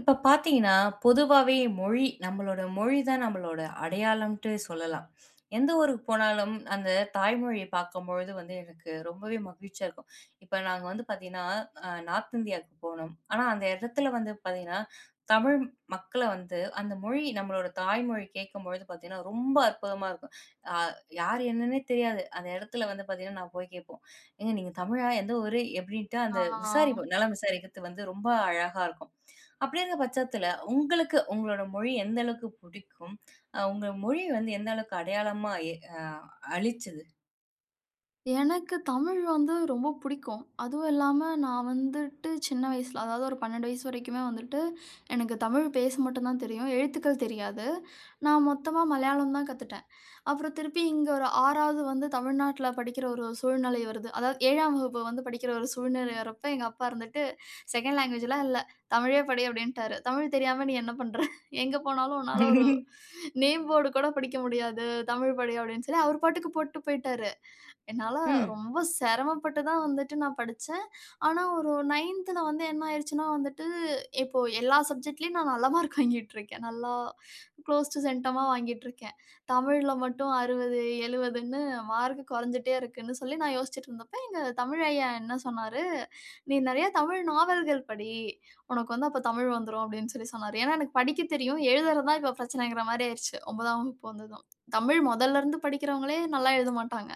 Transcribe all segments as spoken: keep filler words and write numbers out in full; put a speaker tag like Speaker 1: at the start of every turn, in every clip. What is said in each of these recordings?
Speaker 1: இப்ப பார்த்தீங்கன்னா, பொதுவாவே மொழி நம்மளோட மொழி தான் நம்மளோட அடையாளம்ன்ட்டு சொல்லலாம். எந்த ஊருக்கு போனாலும் அந்த தாய்மொழிய பார்க்கும்பொழுது வந்து எனக்கு ரொம்பவே மகிழ்ச்சியா இருக்கும். இப்ப நாங்க வந்து பார்த்தீங்கன்னா, அ நார்த் இந்தியாவுக்கு போனோம். ஆனா அந்த இடத்துல வந்து பார்த்தீங்கன்னா, தமிழ் மக்கள வந்து அந்த மொழி நம்மளோட தாய்மொழி கேட்கும்பொழுது பார்த்தீங்கன்னா, ரொம்ப அற்புதமா இருக்கும். அ யார் என்னன்னே தெரியாது. அந்த இடத்துல வந்து பார்த்தீங்கன்னா, நான் போய் கேட்போம். "ஏங்க நீங்க தமிழா? எந்த ஊரு?" எப்படின்ட்டு அந்த
Speaker 2: ஆ
Speaker 1: விசாரிப்போம். நலம் விசாரிக்கிறது வந்து ரொம்ப அழகா இருக்கும். அப்படி இருக்க பட்சத்துல, உங்களுக்கு உங்களோட மொழி எந்த அளவுக்கு புடிக்கும்? அ உங்க மொழி வந்து எந்த அளவுக்கு அடையாளமா எ அ அளிச்சது?
Speaker 2: எனக்கு தமிழ் வந்து ரொம்ப பிடிக்கும். அதுவும் இல்லாம நான் வந்துட்டு சின்ன வயசுல, அதாவது ஒரு பன்னிரண்டு வயசு வரைக்குமே வந்துட்டு எனக்கு தமிழ் பேச மட்டும் தான் தெரியும். எழுத்துக்கள் தெரியாது. நான் மொத்தமா மலையாளம் தான் கத்துட்டேன். அப்புறம் திருப்பி இங்க ஒரு ஆறாவது வந்து தமிழ்நாட்டுல படிக்கிற ஒரு சூழ்நிலை வருது. அதாவது ஏழாம் வகுப்பு வந்து படிக்கிற ஒரு சூழ்நிலை வரப்ப எங்க அப்பா இருந்துட்டு, "செகண்ட் லாங்குவேஜ்லாம் இல்ல. தமிழே படி" அப்படின்ட்டாரு. "தமிழ் தெரியாம நீ என்ன பண்ற? எங்க போனாலும் உன்னால ஒரு நேம் போர்டு கூட படிக்க முடியாது. தமிழ் படி" அப்படின்னு சொல்லி அவர் பாட்டுக்கு போட்டு போயிட்டாரு. என்னால
Speaker 1: ம்.
Speaker 2: ரொம்ப சிரமப்பட்டு தான் வந்துட்டு நான் படிச்சேன். ஆனா ஒரு ஒன்பதுல வந்து என்ன ஆயிருச்சுன்னா வந்துட்டு, இப்போ எல்லா சப்ஜெக்ட்லயும் நான் நல்ல மார்க் வாங்கிட்டுருக்கேன். நல்லா குளோஸ் டூ சென்டமா வாங்கிட்டுருக்கேன். தமிழ்ல மட்டும் அறுபது, 70ன்னு மார்க் குறைஞ்சுட்டே இருக்குன்னு சொல்லி நான் யோசிச்சுட்டு இருந்தப்ப, எங்க தமிழ் ஐயா என்ன சொன்னாரு, "நீ நெறைய தமிழ் நாவல்கள் படி. உனக்கு வந்து அப்ப தமிழ் வந்துரும்." அப்படின்னு சொல்லி சொன்னாரு. ஏன்னா எனக்கு படிக்க தெரியும். எழுதுறது தான் இப்ப பிரச்சனைங்கிற மாரி ஆயிருச்சு. ஒன்பதாம் வகுப்பு வந்ததும். தமிழ் மொதல்ல இருந்து படிக்கிறவங்களே நல்லா எழுத மாட்டாங்க.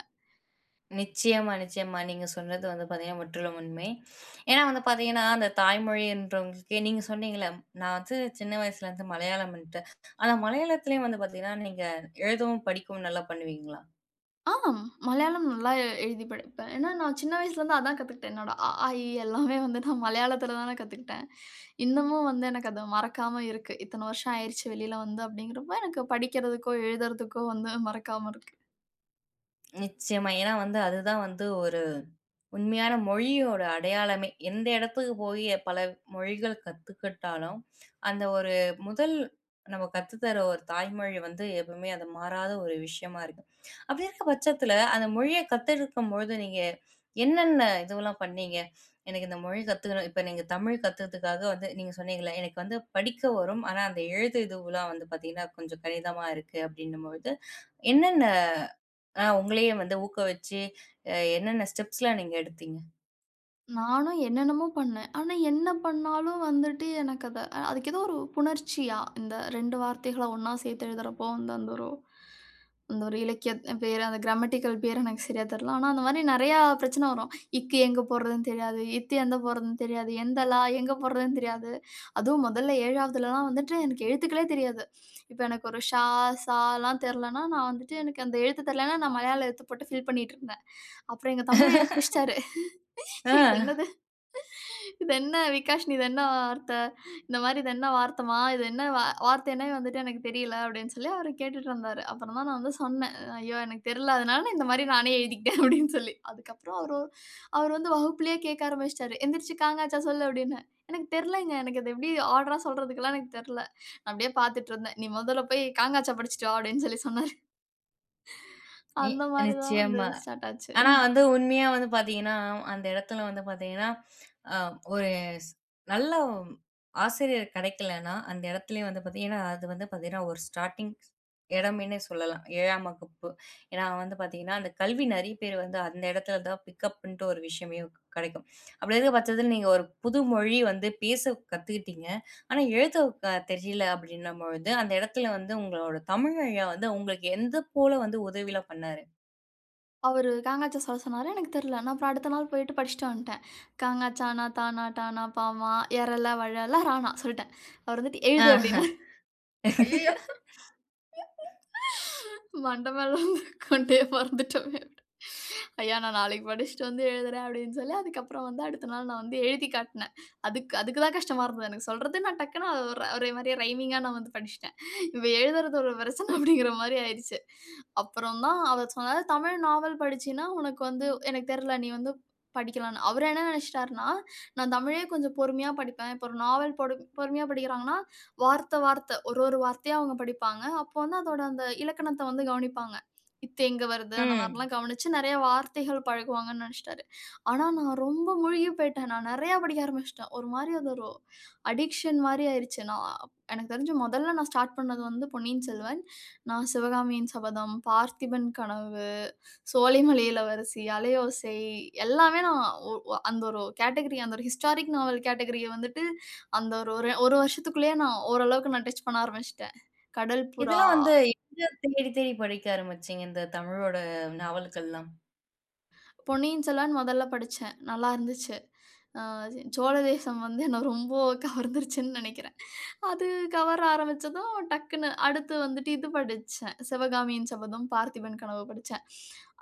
Speaker 1: நிச்சயமா, நிச்சயமா. நீங்க சொன்னது வந்து பார்த்தீங்கன்னா, முற்றிலும் உண்மை. ஏன்னா வந்து பார்த்தீங்கன்னா, அந்த தாய்மொழின்றவங்களுக்கு நீங்க சொன்னீங்கல்ல, நான் வந்து சின்ன வயசுலேருந்து மலையாளம்ன்ட்டு. ஆனா மலையாளத்திலேயும் வந்து பார்த்தீங்கன்னா, நீங்க எழுதவும், படிக்கவும் நல்லா பண்ணுவீங்களா?
Speaker 2: ஆம். மலையாளம் நல்லா எ- எழுதி படிப்பேன். ஏன்னா, நான் சின்ன வயசுலேருந்து அதான் கத்துக்கிட்டேன். என்னோட அ, ஆ, இ எல்லாமே வந்து நான் மலையாளத்தில தானே கத்துக்கிட்டேன். இன்னமும் வந்து எனக்கு அது மறக்காம இருக்கு. இத்தன வருஷம் ஆயிருச்சு வெளியில வந்து அப்படிங்கிறப்ப, எனக்கு படிக்கிறதுக்கோ, எழுதுறதுக்கோ வந்து மறக்காம இருக்கு.
Speaker 1: நிச்சயமா. ஏன்னா வந்து அதுதான் வந்து ஒரு உண்மையான மொழியோட அடையாளமே எந்த இடத்துக்கு போய் பல மொழிகள் கத்துக்கிட்டாலும், அந்த ஒரு முதல் நம்ம கத்து தர ஒரு தாய்மொழி வந்து எப்பவுமே அது மாறாத ஒரு விஷயமா இருக்கு. அப்படி இருக்க பட்சத்துல, அந்த மொழிய கத்தெடுக்கும்பொழுது நீங்க என்னென்ன இதுவெல்லாம் பண்ணீங்க? எனக்கு இந்த மொழி கத்துக்கணும். இப்ப நீங்க தமிழ் கத்துக்கிறதுக்காக வந்து நீங்க சொன்னீங்கல்ல, எனக்கு வந்து படிக்க வரும். ஆனா அந்த எழுத்து இதுவெல்லாம் வந்து பாத்தீங்கன்னா, கொஞ்சம் கடினமா இருக்கு அப்படின்னும்பொழுது, என்னென்ன அ உங்களையே வந்து ஊக்குவிச்சு, அ என்னென்ன ஸ்டெப்ஸ்லாம் நீங்க எடுத்தீங்க?
Speaker 2: நானும் என்னென்னமோ பண்ணேன். ஆனா, என்ன பண்ணாலும் வந்துட்டு எனக்கு அத அதுக்கு ஏதோ ஒரு புணர்ச்சியா, இந்த ரெண்டு வார்த்தைகள ஒண்ணா சேர்த்து எழுதுறப்போ வந்து அந்த ஒரு அந்த ஒரு இலக்கிய பேரு, அந்த கிராமட்டிக்கல் பேர் எனக்கு சரியா தெரியல. ஆனா, அந்த மாரி நெறையா பிரச்சனை வரும். இக்கு எங்க போடுறதுன்னு தெரியாது. இத்து எங்க போடுறதுன்னு தெரியாது. எந்த லா எங்க போடுறதுன்னு தெரியாது. அதுவும் முதல்ல ஏழாவதுலலாம் வந்துட்டு எனக்கு எழுத்துக்களே தெரியாது. இப்ப எனக்கு ஒரு ஷா, ஸாலாம் தெரியலன்னா, நான் வந்துட்டு எனக்கு அந்த எழுத்து தெரியலன்னா, நான் மலையாள எழுத்து போட்டு ஃபில் பண்ணிட்டு இருந்தேன். அப்புறம் எங்க தமிழ் ஐயா புடிச்சிட்டாரு. இது
Speaker 1: ஆ.
Speaker 2: என்னது? இது என்ன விகாஷினி இது என்ன வார்த்த? இந்த மாரி இது என்ன வார்த்தமா? இது என்ன வா வார்த்தைன்னே வந்துட்டு எனக்கு தெரியல அப்படின்னு சொல்லி அவரு கேட்டுட்டு இருந்தாரு. அப்புறம் தான் நான் வந்து சொன்னேன். ஐயோ! எனக்கு தெரியல. அதனால நான் இந்த மாரி நானே எழுதிக்கிட்டேன் அப்படின்னு சொல்லி. அதுக்கப்புறம் அவரு அவரு வந்து வகுப்புலயே கேட்க ஆரம்பிச்சுட்டாரு. எந்திரிச்சு காங்கச்சா சொல்லு அப்படின்னு. எனக்கு தெரியலங்க. எனக்கு அது எப்படி ஆர்டரா சொல்றதுக்கெல்லாம் எனக்கு தெரியல. நான் அப்படியே பார்த்துட்டு இருந்தேன். நீ முதல்ல போய் காங்காச்சா படிச்சுட்டு வா அப்படின்னு சொல்லி சொன்னாரு.
Speaker 1: நி
Speaker 2: அந்த மாரி தான் வந்து
Speaker 1: நிச்சயமா.
Speaker 2: ஸ்டார்ட் ஆச்சு.
Speaker 1: ஆனா வந்து உண்மையா வந்து பார்த்தீங்கன்னா, அந்த இடத்துல வந்து பார்த்தீங்கன்னா, அ ஒரு ஸ் நல்ல ஆசிரியர் கிடைக்கலன்னா, அந்த இடத்துலயே வந்து பார்த்தீங்கன்னா அது வந்து பார்த்தீங்கன்னா, ஒரு ஸ்டார்ட்டிங் இடம்ன்னே சொல்லலாம். ஏழாம் வகுப்பு. ஏன்னா வந்து பார்த்தீங்கன்னா, அந்த கல்வி நிறைய பேர் வந்து அந்த இடத்துல தான் பிக்கப்ன்ட்டு ஒரு விஷயமே கிடைக்கும். அப்படி இருக்க பட்சத்தில நீங்க ஒரு புது மொழி வந்து பேச கத்துக்கிட்டீங்க. ஆனா எழுத க தெரியல அப்படின்னும்பொழுது, அந்த இடத்துல வந்து உங்களோட தமிழ் ஐயா வந்து உங்களுக்கு எந்த போல வந்து உதவிலாம் பண்ணாரு?
Speaker 2: அவரு காங்காச்சா சொல்ல சொன்னாரு. எனக்கு தெரியல. நான் அப்புறம் அடுத்த நாள் போயிட்டு படிச்சுட்டு வந்துட்டேன். காங்காச்சானா, தானா, டானா, பாமா, எரல, வழல, ரானா சொல்லிட்டேன். அவரு வந்துட்டு எழுது அப்டின்னாரு.
Speaker 1: ஆஹ்
Speaker 2: ஐயயோ! மண்ட மேல வந்து கொண்டே மறந்துட்டோமே அப்படி. ஐயா நான் நாளைக்கு படிச்சுட்டு வந்து எழுதுறேன் அப்படின்னு சொல்லி அதுக்கப்புறம் வந்து அடுத்த நாள் நான் வந்து எழுதி காட்டினேன். அதுக்கு அதுக்கு தான் கஷ்டமா இருந்தது எனக்கு. சொல்றது நான் டக்குன்னு அது ஒரு ஒரே மாதிரியே ரைமிங்கா நான் வந்து படிச்சிட்டேன். இவ எழுதுறது ஒரு பிரச்சனை அப்படிங்கிற மாதிரி ஆயிடுச்சு. அப்புறம் தான் அவர் சொன்னாரு தமிழ் நாவல் படிச்சின்னா உனக்கு வந்து எனக்கு தெரியல நீ வந்து படிக்கலாம்னு. அவர் என்ன நினைச்சிட்டாருன்னா நான் தமிழே கொஞ்சம் பொறுமையா படிப்பேன். இப்போ ஒரு நாவல் பொறு பொறுமையா படிக்கிறாங்கன்னா வார்த்தை, வார்த்தை ஒரு ஒரு வார்த்தையா அவங்க படிப்பாங்க. அப்போ வந்து அதோட அந்த இலக்கணத்த வந்து கவனிப்பாங்க. இத்து எங்க வருது? அந்த
Speaker 1: ம்.
Speaker 2: மாரிலாம் கவனிச்சு நெறைய வார்த்தைகள் பழகுவாங்கன்னு நெனச்சுட்டாரு. ஆனா நான் ரொம்ப மூழ்கி போயிட்டேன். நான் நெறையா படிக்க ஆரம்பிச்சுட்டேன். ஒரு மாரி அது ஒரு அடிக்ஷன் மாரி ஆயிருச்சு. நான் அப்- எனக்கு தெரிஞ்சு முதல்ல நான் ஸ்டார்ட் பண்ணது வந்து பொன்னியின் செல்வன். நான் சிவகாமியின் சபதம், பார்த்திபன் கனவு சோலைமலை இளவரசி, அலையோசை எல்லாமே நான் ஒ ஒ அந்த ஒரு கேட்டகரி அந்த ஒரு ஹிஸ்டாரிக் நாவல் கேட்டகரிய வந்துட்டு, அந்த ஒரு ஒரு 1 வருஷத்துக்குள்ளேயே நான் ஓரளவுக்கு நான் டச் பண்ண ஆரம்பிச்சுட்டேன். கடல் புறா
Speaker 1: இதெல்லாம் வந்து எங்க தேடி தேடி படிக்க ஆரம்பிச்சீங்க? இந்த தமிழோட நாவல்கள்லாம்?
Speaker 2: பொன்னியின் செல்வன் முதல்ல படிச்சேன். நல்லா இருந்துச்சு. அ சோழதேசம் வந்து என்ன ரொம்ப கவர்ந்துருச்சுன்னு நெனைக்கிறேன். அது கவர ஆரம்பிச்சதும் டக்குன்னு அடுத்து வந்துட்டு இது படிச்சேன். சிவகாமியின் சபதம், பார்த்திபன் கனவு படிச்சேன்.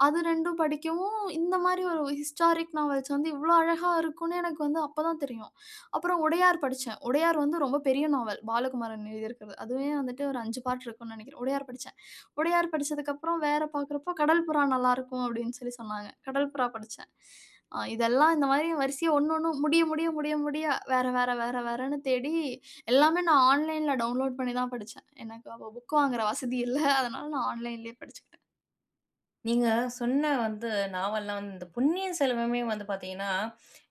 Speaker 2: அது ரெண்டும் படிக்கவும், இந்த மாரி ஒரு ஹிஸ்டாரிக் நாவல்ஸ் வந்து இவ்ளோ அழகா இருக்கும்னு எனக்கு வந்து அப்பதான் தெரியும். அப்புறம் உடையார் படிச்சேன். உடையார் வந்து ரொம்ப பெரிய நாவல். பாலகுமாரன் எழுதியிருக்கிறது. அதுவே வந்துட்டு ஒரு அஞ்சு பார்ட் இருக்கும்னு நெனைக்கிறேன். உடையார் படிச்சேன். உடையார் படிச்சதுக்கப்புறம் வேற பார்க்குறப்போ கடல் புறா நல்லாருக்கும் அப்படின்னு சொல்லி சொன்னாங்க. கடல் புறா படிச்சேன். அ இதெல்லாம் இந்த மாரி வரிசையா ஒண்ணு ஒண்ணும் முடிய முடிய முடிய முடிய வேற வேற வேற வேறன்னு தேடி எல்லாமே நான் ஆன்லைன்ல டவுன்லோட் பண்ணி தான் படிச்சேன். எனக்கு அப்போ புக் வாங்குற வசதி இல்ல. அதனால நான் ஆன்லைன்லயே படிச்சுக்கிட்டேன்.
Speaker 1: நீங்க சொன்ன வந்து நாவல்லாம் வந்து இந்த பொன்னியின் செல்வமே வந்து பார்த்தீங்கன்னா,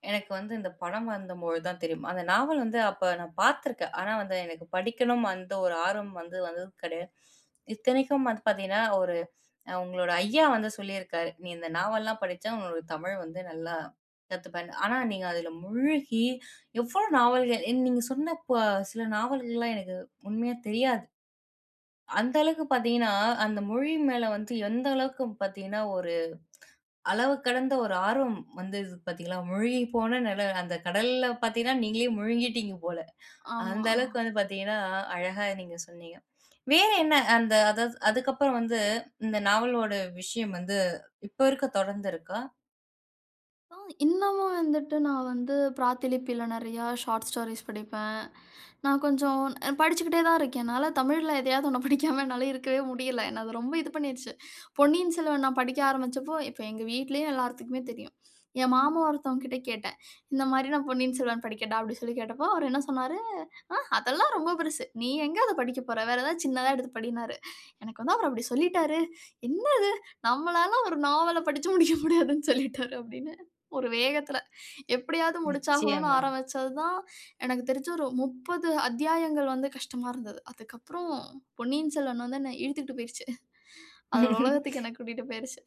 Speaker 1: எனக்கு வந்து இந்த படம் வந்தம்பொழுது தான் தெரியும். அந்த நாவல் வந்து அப்ப நான் பார்த்துருக்கேன். ஆனா வந்து எனக்கு படிக்கணும் அந்த ஒரு ஆர்வம் வந்து வந்தது கிடையாது. இத்தனைக்கும் வந்து பார்த்தீங்கன்னா, ஒரு அ உங்களோட ஐயா வந்து சொல்லியிருக்காரு. "நீ இந்த நாவல்லாம் படிச்சா உன்னோட தமிழ் வந்து நல்லா கத்துப்பேன்னு." ஆனா நீங்க அதில மூழ்கி எவ்ளோ நாவல்கள் நீங்க சொன்ன ப சில நாவல்கள்லாம் எனக்கு உண்மையா தெரியாது. அந்த அளவுக்கு பார்த்தீங்கன்னா, அந்த மொழி மேல வந்து எந்த அளவுக்கு பார்த்தீங்கன்னா, ஒரு அளவு கடந்த ஒரு ஆர்வம் வந்தது பார்த்தீங்களா? முழுகி போன நில அந்த கடல்ல பார்த்தீங்கன்னா, நீங்களே முழுங்கிட்டீங்க போல. அந்த
Speaker 2: ஆமா.
Speaker 1: அளவுக்கு வந்து பார்த்தீங்கன்னா, அழகா நீங்க சொன்னீங்க. வேற என்ன அந்த அதாவது அதுக்கப்புறம் வந்து இந்த நாவலோட விஷயம் வந்து இப்ப இருக்க தொடர்ந்து இருக்கா?
Speaker 2: அ இன்னமும் வந்துட்டு நான் வந்து பிராத்திலிப்பில நெறையா ஷார்ட் ஸ்டோரீஸ் படிப்பேன். நான் கொஞ்சம் படிச்சுக்கிட்டே தான் இருக்கேன். என்னால தமிழ்ல எதையாவது ஒண்ணு படிக்காம என்னால இருக்கவே முடியல. என்ன அது ரொம்ப இது பண்ணிருச்சு. பொன்னியின் செல்வன் நான் படிக்க ஆரம்பிச்சப்போ, இப்ப எங்க வீட்லயும் எல்லாத்துக்குமே தெரியும். என் மாமா ஒருத்தவங்க கிட்ட கேட்டேன். இந்த மாரி நான் பொன்னியின் செல்வன் படிக்கட்டா? அப்டி சொல்லி கேட்டப்போ, அவரு என்ன சொன்னாரு, "ஆ அதெல்லாம் ரொம்ப பெருசு. நீ எங்க அத படிக்க போற? வேற ஏதாவது சின்னதா எடுத்து படின்னாரு." எனக்கு வந்து அவரு அப்டி சொல்லிட்டாரு. என்ன நம்மளால ஒரு நாவல படிச்சு முடிக்க முடியாதுன்னு சொல்லிட்டாரு அப்படின்னு. ஒரு வேகத்துல எப்படியாவது முடிச்சாகணும்னு
Speaker 1: நிச்சயமா.
Speaker 2: ஆரம்பிச்சது தான், எனக்கு தெரிஞ்சு ஒரு முப்பது அத்தியாயங்கள் வந்து கஷ்டமா இருந்தது. அதுக்கப்புறம் பொன்னியின் செல்வன் வந்து என்ன இழுத்துக்கிட்டு போயிருச்சு. அதோட உலகத்துக்கு என்ன கூட்டிட்டு போயிருச்சு.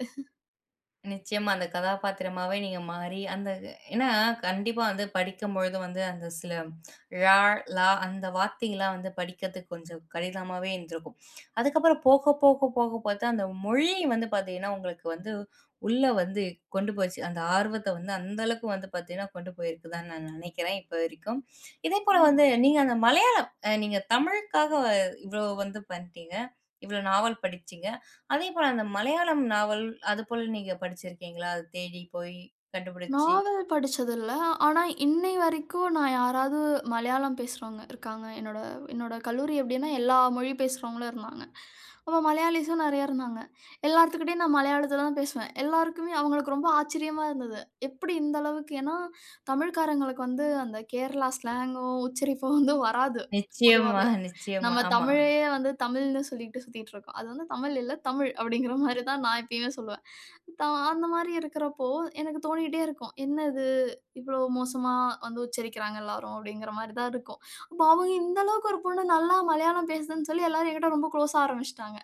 Speaker 1: நிச்சயமா அந்த கதாபாத்திரமாவே நீங்க மாறி, அந்த ஏன்னா கண்டிப்பா வந்து படிக்கும்பொழுது வந்து அந்த சில ழா, லா அந்த வார்த்தைகள்லாம் வந்து படிக்கிறதுக்கு கொஞ்சம் கடினமாவே இருந்திருக்கும். அதுக்கப்புறம் போக, போக, போக பார்த்தா அந்த மொழி வந்து பார்த்தீங்கன்னா, உங்களுக்கு வந்து உள்ள வந்து கொண்டு போச்சு. அந்த ஆர்வத்த வந்து அந்த அளவுக்கு வந்து பார்த்தீங்கன்னா, கொண்டு போயிருக்குதான்னு நான் நினைக்கிறேன் இப்ப வரைக்கும். இதேபோல வந்து நீங்க அந்த மலையாளம் அ நீங்க தமிழுக்காக இவ்வளோ வந்து பண்ணிட்டீங்க. இவ்வளோ நாவல் படிச்சீங்க. அதேபோல அந்த மலையாளம் நாவல் அதுபோல நீங்க படிச்சிருக்கீங்களா? அத தேடி போய் கண்டுபிடிச்சு
Speaker 2: நாவல் படிச்சதில்ல. ஆனா, இன்னை வரைக்கும் நான் யாராவது மலையாளம் பேசுறவங்க இருக்காங்க. என்னோட என்னோட கல்லூரி எப்படின்னா, எல்லா மொழி பேசுறவங்களும் இருந்தாங்க. அப்ப மலையாளிஸும் நெறைய இருந்தாங்க. எல்லாத்துக்கிட்டயும் நான் மலையாளத்துல தான் பேசுவேன். எல்லாருக்குமே அவங்களுக்கு ரொம்ப ஆச்சரியமா இருந்தது. எப்படி இந்த அளவுக்கு ஏன்னா, தமிழ்க்காரங்களுக்கு வந்து அந்த கேரளா ஸ்லாங்கும், உச்சரிப்பும் வந்து வராது
Speaker 1: நிச்சயமா,
Speaker 2: பொதுவாவே.
Speaker 1: நிச்சயமா.
Speaker 2: நம்ம
Speaker 1: ஆமா.
Speaker 2: தமிழையே வந்து தமிழ்ன்னு சொல்லிட்டு சுத்திட்டு இருக்கோம். அது வந்து தமிழ் இல்ல, தமிழ் அப்படிங்கிற மாரி தான் நான் எப்பயுமே சொல்லுவேன். த அந்த மாரி இருக்கிறப்போ, எனக்கு தோணிட்டே இருக்கும். "என்ன இது இவ்வளோ மோசமா வந்து உச்சரிக்கிறாங்க எல்லாரும்" அப்படிங்கிற மாரி தான் இருக்கும். அப்போ அவங்க இந்த அளவுக்கு ஒரு பொண்ணு நல்லா மலையாளம் பேசுதுன்னு சொல்லி எல்லாரும் என்கிட்ட ரொம்ப குளோஸா ஆரம்பிச்சுட்டாங்க.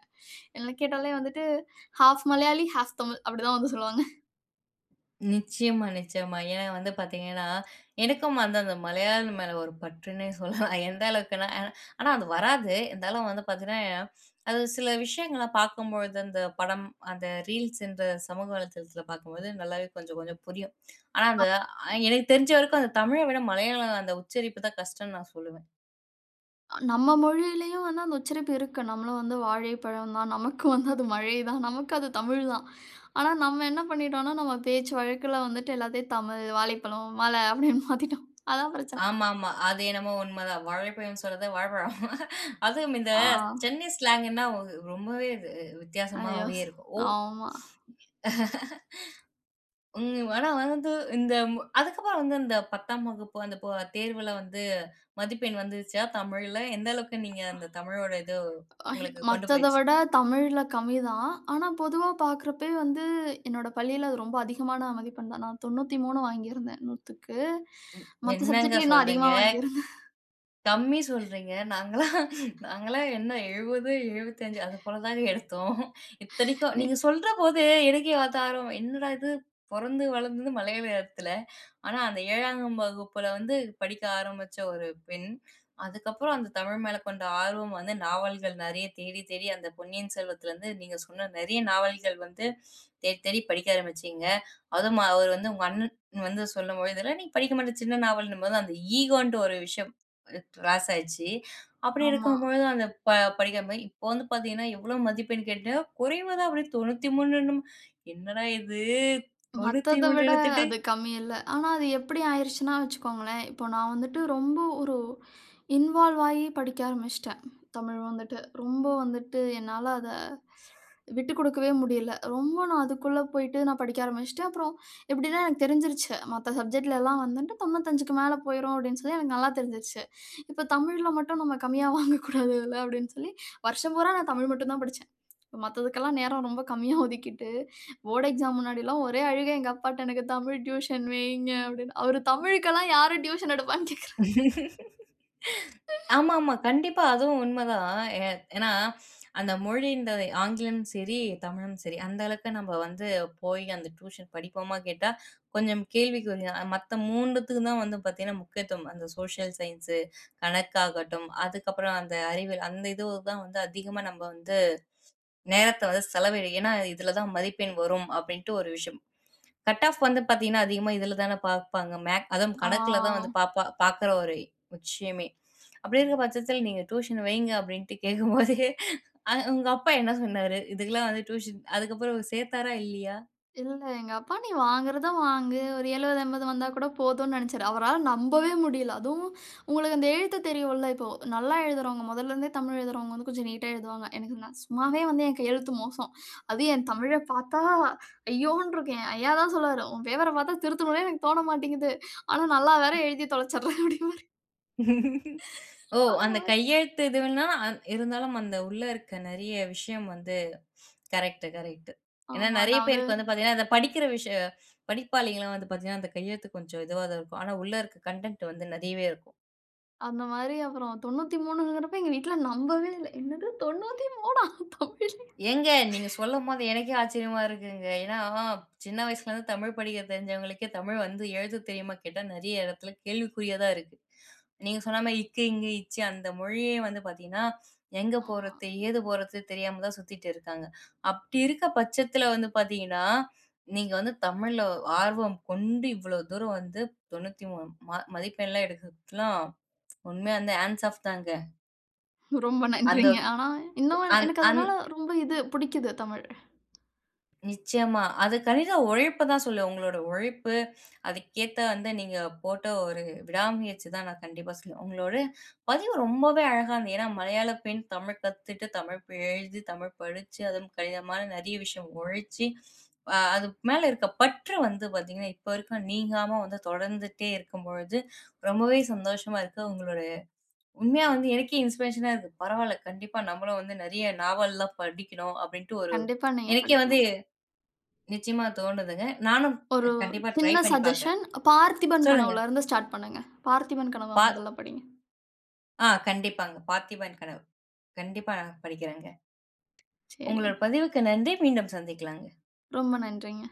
Speaker 2: என்ன கேட்டாலே வந்துட்டு, "ஹால்ஃப் மலையாளி, ஹால்ஃப் தமிழ்" அப்படிதான் வந்து சொல்லுவாங்க.
Speaker 1: நிச்சயமா, நிச்சயமா. ஏன்னா வந்து பார்த்தீங்கன்னா, எனக்கும் வந்து அந்த மலையாளம் மேல ஒரு பற்றுன்னே சொல்லலாம். எந்த அளவுக்குன்னா அ ஆனா அது வராது. இருந்தாலும் வந்து பார்த்தீங்கன்னா, அது சில விஷயங்கள்லாம் பார்க்கும்பொழுது அந்த படம், அந்த ரீல்ஸ் என்ற சமூக வலைதளத்தில பார்க்கும்போது நல்லாவே கொஞ்சம் கொஞ்சம் புரியும். ஆனா அந்த அ எனக்கு தெரிஞ்ச வரைக்கும் அந்த தமிழ விட மலையாளம் அந்த உச்சரிப்பு தான் கஷ்டம்னு நான் சொல்லுவேன்.
Speaker 2: நம்ம மொழியிலயும் வந்து அந்த உச்சரிப்பு இருக்கு. நம்மளும் வந்து வாழைப்பழம் தான். நமக்கு வந்து அது மழை தான். நமக்கு அது தமிழ் தான். ஆனா, நம்ம என்ன பண்ணிட்டோம்னா, நம்ம பேச்சு வழக்குல வந்துட்டு எல்லாத்தையும் தமிழ், வாழைப்பழம், மழை அப்படின்னு மாத்திட்டோம். அதான் பிரச்சனை.
Speaker 1: ஆமாமா. அது என்னமோ உண்மதான். வாழைப்பழம் சொல்றத வாழப்பழம். அதுவும் இந்த
Speaker 2: ஆ,
Speaker 1: சென்னை ஸ்லாங்குன்னா ஒ ரொம்பவே இது
Speaker 2: ஐயோ!
Speaker 1: வித்தியாசமாவே
Speaker 2: ஸ்
Speaker 1: இருக்கும். ஓ
Speaker 2: ஆமா.
Speaker 1: ம் ஆனா வந்து இந்த மு அதுக்கப்புறம் வந்து இந்த பத்தாம் வகுப்பு அந்த போ தேர்வுல வந்து மதிப்பெண் வந்துருச்சா தமிழ்ல? எந்த அளவுக்கு நீங்க அந்த தமிழோட இது உங்களுக்கு கொண்டு
Speaker 2: மத்தத
Speaker 1: போயிச்சு?
Speaker 2: விட தமிழ்ல கம்மி தான். ஆனா, பொதுவா பார்க்குறப்பயே வந்து என்னோட பள்ளியில அது ரொம்ப அதிகமான மதிப்பெண் தான். நான் தொண்ணூற்றி மூணு வாங்கியிருந்தேன் நூறுக்கு. மத்த
Speaker 1: என்னங்க
Speaker 2: சப்ஜெக்ட்ல இன்னும்
Speaker 1: சொல்றீங்க?
Speaker 2: அதிகமா வாங்கியிருந்தேன்.
Speaker 1: கம்மி சொல்றீங்க. நாங்கலாம் நாங்கலாம் என்ன எழுபது, எழுபத்தி ஐந்து அது போல தாங்க எடுத்தோம். இத்தனைக்கும் நீங்க சொல்றபோது எனக்கே பார்த்தா ஆர்வம். என்னடா இது பொறந்து வளர்ந்தது மலையாளத்துல. ஆனா, அந்த ஏழாம் வகுப்புல வந்து படிக்க ஆரம்பிச்ச ஒரு பெண், அதுக்கப்புறம் அந்த தமிழ் மேல கொண்ட ஆர்வம் வந்து நாவல்கள் நெறைய தேடி தேடி அந்த பொன்னியின் செல்வத்திலருந்து நீங்க சொன்ன நெறைய நாவல்கள் வந்து தேடி தேடி படிக்க ஆரம்பிச்சீங்க. அதுவும் அவர் வந்து உங்க அண்ணன் வந்து சொல்லும்போது, "இதெல்லாம் நீ படிக்க மாட்ட சின்ன நாவல்ன்னும்போது" அந்த ஈகோன்ட்டு ஒரு விஷயம் கிராஸ் ஆயிடுச்சு. அப்படி
Speaker 2: ஆமா.
Speaker 1: இருக்கும்பொழுது அந்த ப படிக்காம இப்போ வந்து பார்த்தீங்கன்னா, எவ்வளோ மதிப்பெண் கேட்டா குறைவா தான் அப்படியே தொண்ணூற்றி மூன்று என்னடா இது
Speaker 2: மத்தத
Speaker 1: தொண்ணூற்றி மூன்று
Speaker 2: விட
Speaker 1: எடுத்துட்டு
Speaker 2: அது கம்மி இல்ல. ஆனா அது எப்படி ஆயிருச்சுன்னா வச்சுக்கோங்களேன், இப்போ நான் வந்துட்டு ரொம்ப ஒரு இன்வால்வ் ஆயி படிக்க ஆரம்பிச்சுட்டேன். தமிழ் வந்துட்டு. ரொம்ப வந்துட்டு என்னால அத விட்டு குடுக்கவே முடியல. ரொம்ப நான் அதுக்குள்ள போயிட்டு நான் படிக்க ஆரம்பிச்சுட்டேன். அப்புறம் எப்படின்னா எனக்கு தெரிஞ்சிருச்சு. மத்த சப்ஜெக்ட்லலாம் வந்துட்டு தொண்ணூற்றி அஞ்சுக்கு மேல போயிரும் அப்படின்னு சொல்லி எனக்கு நல்லா தெரிஞ்சிருச்சு. இப்ப தமிழ்ல மட்டும் நம்ம கம்மியா வாங்கக்கூடாதுல்ல அப்படின்னு சொல்லி, வருஷம் பூரா நான் தமிழ் மட்டும் தான் படிச்சேன். மத்ததுக்கெல்லாம் நேரம் ரொம்ப கம்மியா ஒதுக்கிட்டு போர்ட் எக்ஸாம் முன்னாடிலாம் ஒரே அழுகை எங்க அப்பாட்ட, "எனக்கு தமிழ் டியூஷன் வைங்க" அப்படின்னு. அவரு தமிழுக்கெல்லாம் யாரு டியூஷன் எடுப்பான்னு கேட்குறாரு.
Speaker 1: ஆமாமா. கண்டிப்பா. அதுவும் உண்மதான். ஏ ஏன்னா, அந்த மொழின்றது ஆங்கிலம் சரி, தமிழும் சரி, அந்த அளவுக்கு நம்ம வந்து போய் அந்த டியூஷன் படிப்போமா கேட்டா, கொஞ்சம் கேள்விக்குறி தான். மத்த மூணுக்கு தான் வந்து பார்த்தீங்கன்னா, முக்கியத்துவம். அந்த சோஷியல் சயின்ஸு, கணக்காகட்டும், அதுக்கப்புறம் அந்த அறிவியல், அந்த இதுக்கு தான் வந்து அதிகமா நம்ம வந்து நேரத்த வந்து செலவிடு ஏன்னா, இதில தான் மதிப்பெண் வரும் அப்படின்ட்டு ஒரு விஷயம். கட் ஆஃப் வந்து பார்த்தீங்கன்னா, அதிகமா இதில தான பார்ப்பாங்க. மேக் அதுவும் கணக்குல தான் வந்து
Speaker 2: ஆ
Speaker 1: பாப்பா பார்க்குற ஒரு விஷயமே. அப்படி இருக்க பட்சத்தில நீங்க டியூஷன் வைங்க அப்படின்ட்டு கேட்கும்போது, அ உங்க அப்பா என்ன சொன்னாரு? இதுக்கெல்லாம் வந்து டியூஷன் அதுக்கப்புறம் சேர்த்தாரா இல்லையா?
Speaker 2: இல்ல எங்க அப்பா "நீ வாங்குறத வாங்கு, ஒரு எழுபது, எண்பது வந்தா கூட போதும்ன்னு" நெனச்சாரு. அவரால நம்பவே முடியல. அதுவும் உங்களுக்கு அந்த எழுத்து தெரியும்ல, இப்போ நல்லா எழுதுறவங்க, முதல்ல இருந்தே தமிழ் எழுதுறவங்க வந்து கொஞ்சம் நீட்டா எழுதுவாங்க. எனக்கு நான் சும்மாவே வந்து என் கையெழுத்து மோசம். அதுவும் என் தமிழ பார்த்தா ஐயோன்னு இருக்கும். என் ஐயா தான் சொல்லுவாரு, "உன் பேப்பர பார்த்தா திருத்தணும்னே எனக்கு தோண மாட்டேங்குது. ஆனா நல்லா வேற எழுதி தொலைச்சிடுறேன்" அப்படிம்பாரு.
Speaker 1: ஓ!
Speaker 2: அந்த
Speaker 1: அந்த
Speaker 2: மாரி.
Speaker 1: கையெழுத்து இதுவெல்லாம் அந் இருந்தாலும் அந்த உள்ள இருக்க நெறைய விஷயம் வந்து கரெக்ட்டு, கரெக்ட்டு. ஏன்னா
Speaker 2: ஆமா
Speaker 1: நெறைய
Speaker 2: நான் வந்து
Speaker 1: பேருக்கு வந்து பார்த்தீங்கன்னா, அந்த படிக்கிற விஷயம் படிப்பாளிங்கலாம் வந்து பார்த்தீங்கன்னா, அந்த கையெழுத்து கொஞ்சம் இதுவா தான் இருக்கும். ஆனா உள்ள இருக்க கன்டென்ட் வந்து நெறையவே இருக்கும்.
Speaker 2: அந்த மாதிரி அப்புறம் தொண்ணூற்றி மூணுங்கிறப்ப எங்க வீட்ல நம்பவே இல்ல. என்னது தொண்ணூறு தமிழே!
Speaker 1: ஏங்க நீங்க சொல்லும்போது எனக்கே ஆச்சரியமா இருக்குங்க. ஏன்னா, சின்ன வயசுலருந்து தமிழ் படிக்க தெரிஞ்சவங்களுக்கே தமிழ் வந்து எழுத தெரியுமா கேட்டா நெறைய இடத்துல கேள்விக்குறியா தான் இருக்கு. நீங்க சொன்ன மாரி இக்கு, இங்கு, இச்சு அந்த மொழியே வந்து பார்த்தீங்கன்னா, எங்க
Speaker 2: ஆமா.
Speaker 1: போறது, ஏது போறது தெரியாம தான் சுத்திட்டு இருக்காங்க. அப்படி இருக்க பட்சத்துல வந்து பார்த்தீங்கன்னா, நீங்க வந்து தமிழ்ல ஆர்வம் கொண்டு இவ்வளோ தூரம் வந்து தொண்ணூற்றி மூன்று ம மதிப்பெண்லாம் எடுக்கிறதுலாம் உண்மையா வந்து ஹேண்ட்ஸ் ஆஃப் தாங்க.
Speaker 2: ரொம்ப
Speaker 1: அந்த
Speaker 2: நன்றிங்க. ஆனா இன்னும்
Speaker 1: அந்
Speaker 2: எனக்கு
Speaker 1: அந்
Speaker 2: அதனால ரொம்ப இது பிடிக்குது தமிழ்.
Speaker 1: நிச்சயமா. அது கடின உழைப்பு தான் சொல்லுவேன். உங்களோட உழைப்பு, அதுக்கேத்த வந்து நீங்க போட்ட ஒரு விடாமுயற்சி தான் நான் கண்டிப்பா சொல்லுவேன். உங்களோட பதிவு ரொம்பவே அழகா இருந்தது. ஏன்னா மலையாள பெண் தமிழ் கத்துட்டு, தமிழ் ப எழுதி, தமிழ் படிச்சு, அதுவும் கடினமான நெறைய விஷயம் உழைச்சு, அ அது மேல இருக்க பற்று வந்து பார்த்தீங்கன்னா, இப்ப வரைக்கும் நீங்காம வந்து தொடர்ந்துட்டே இருக்கும்பொழுது, ரொம்பவே சந்தோஷமா இருக்கு. உங்களோட உண்மையா வந்து எனக்கே இன்ஸ்பிரேஷனா இருக்கு. பரவால்ல, கண்டிப்பா நம்மளும் வந்து நெறைய நாவல்லாம் படிக்கணும், அப்டின்ட்டு ஒரு
Speaker 2: கண்டிப்பா நீங்க
Speaker 1: எனக்கே வந்து
Speaker 2: படிக்கணும்.
Speaker 1: நிச்சயமா தோணுதுங்க. நானும்
Speaker 2: ஒரு
Speaker 1: கண்டிப்பா ட்ரை
Speaker 2: சின்ன
Speaker 1: பண்ணி பார்க்குறேன்.
Speaker 2: சஜஷன் பார்த்திபன்
Speaker 1: சொல்லுங்க.
Speaker 2: கனவுல இருந்து ஸ்டார்ட் பண்ணுங்க. பார்த்திபன் கனவ
Speaker 1: பா
Speaker 2: முதல்ல படிங்க.
Speaker 1: ஆ கண்டிப்பாங்க. பார்த்திபன் கனவு. கண்டிப்பா நான் படிக்கிறேங்க. உங்களோட
Speaker 2: சரிங்க.
Speaker 1: பதிவுக்கு நன்றி. மீண்டும் சந்திக்கலாங்க.
Speaker 2: ரொம்ப நன்றிங்க.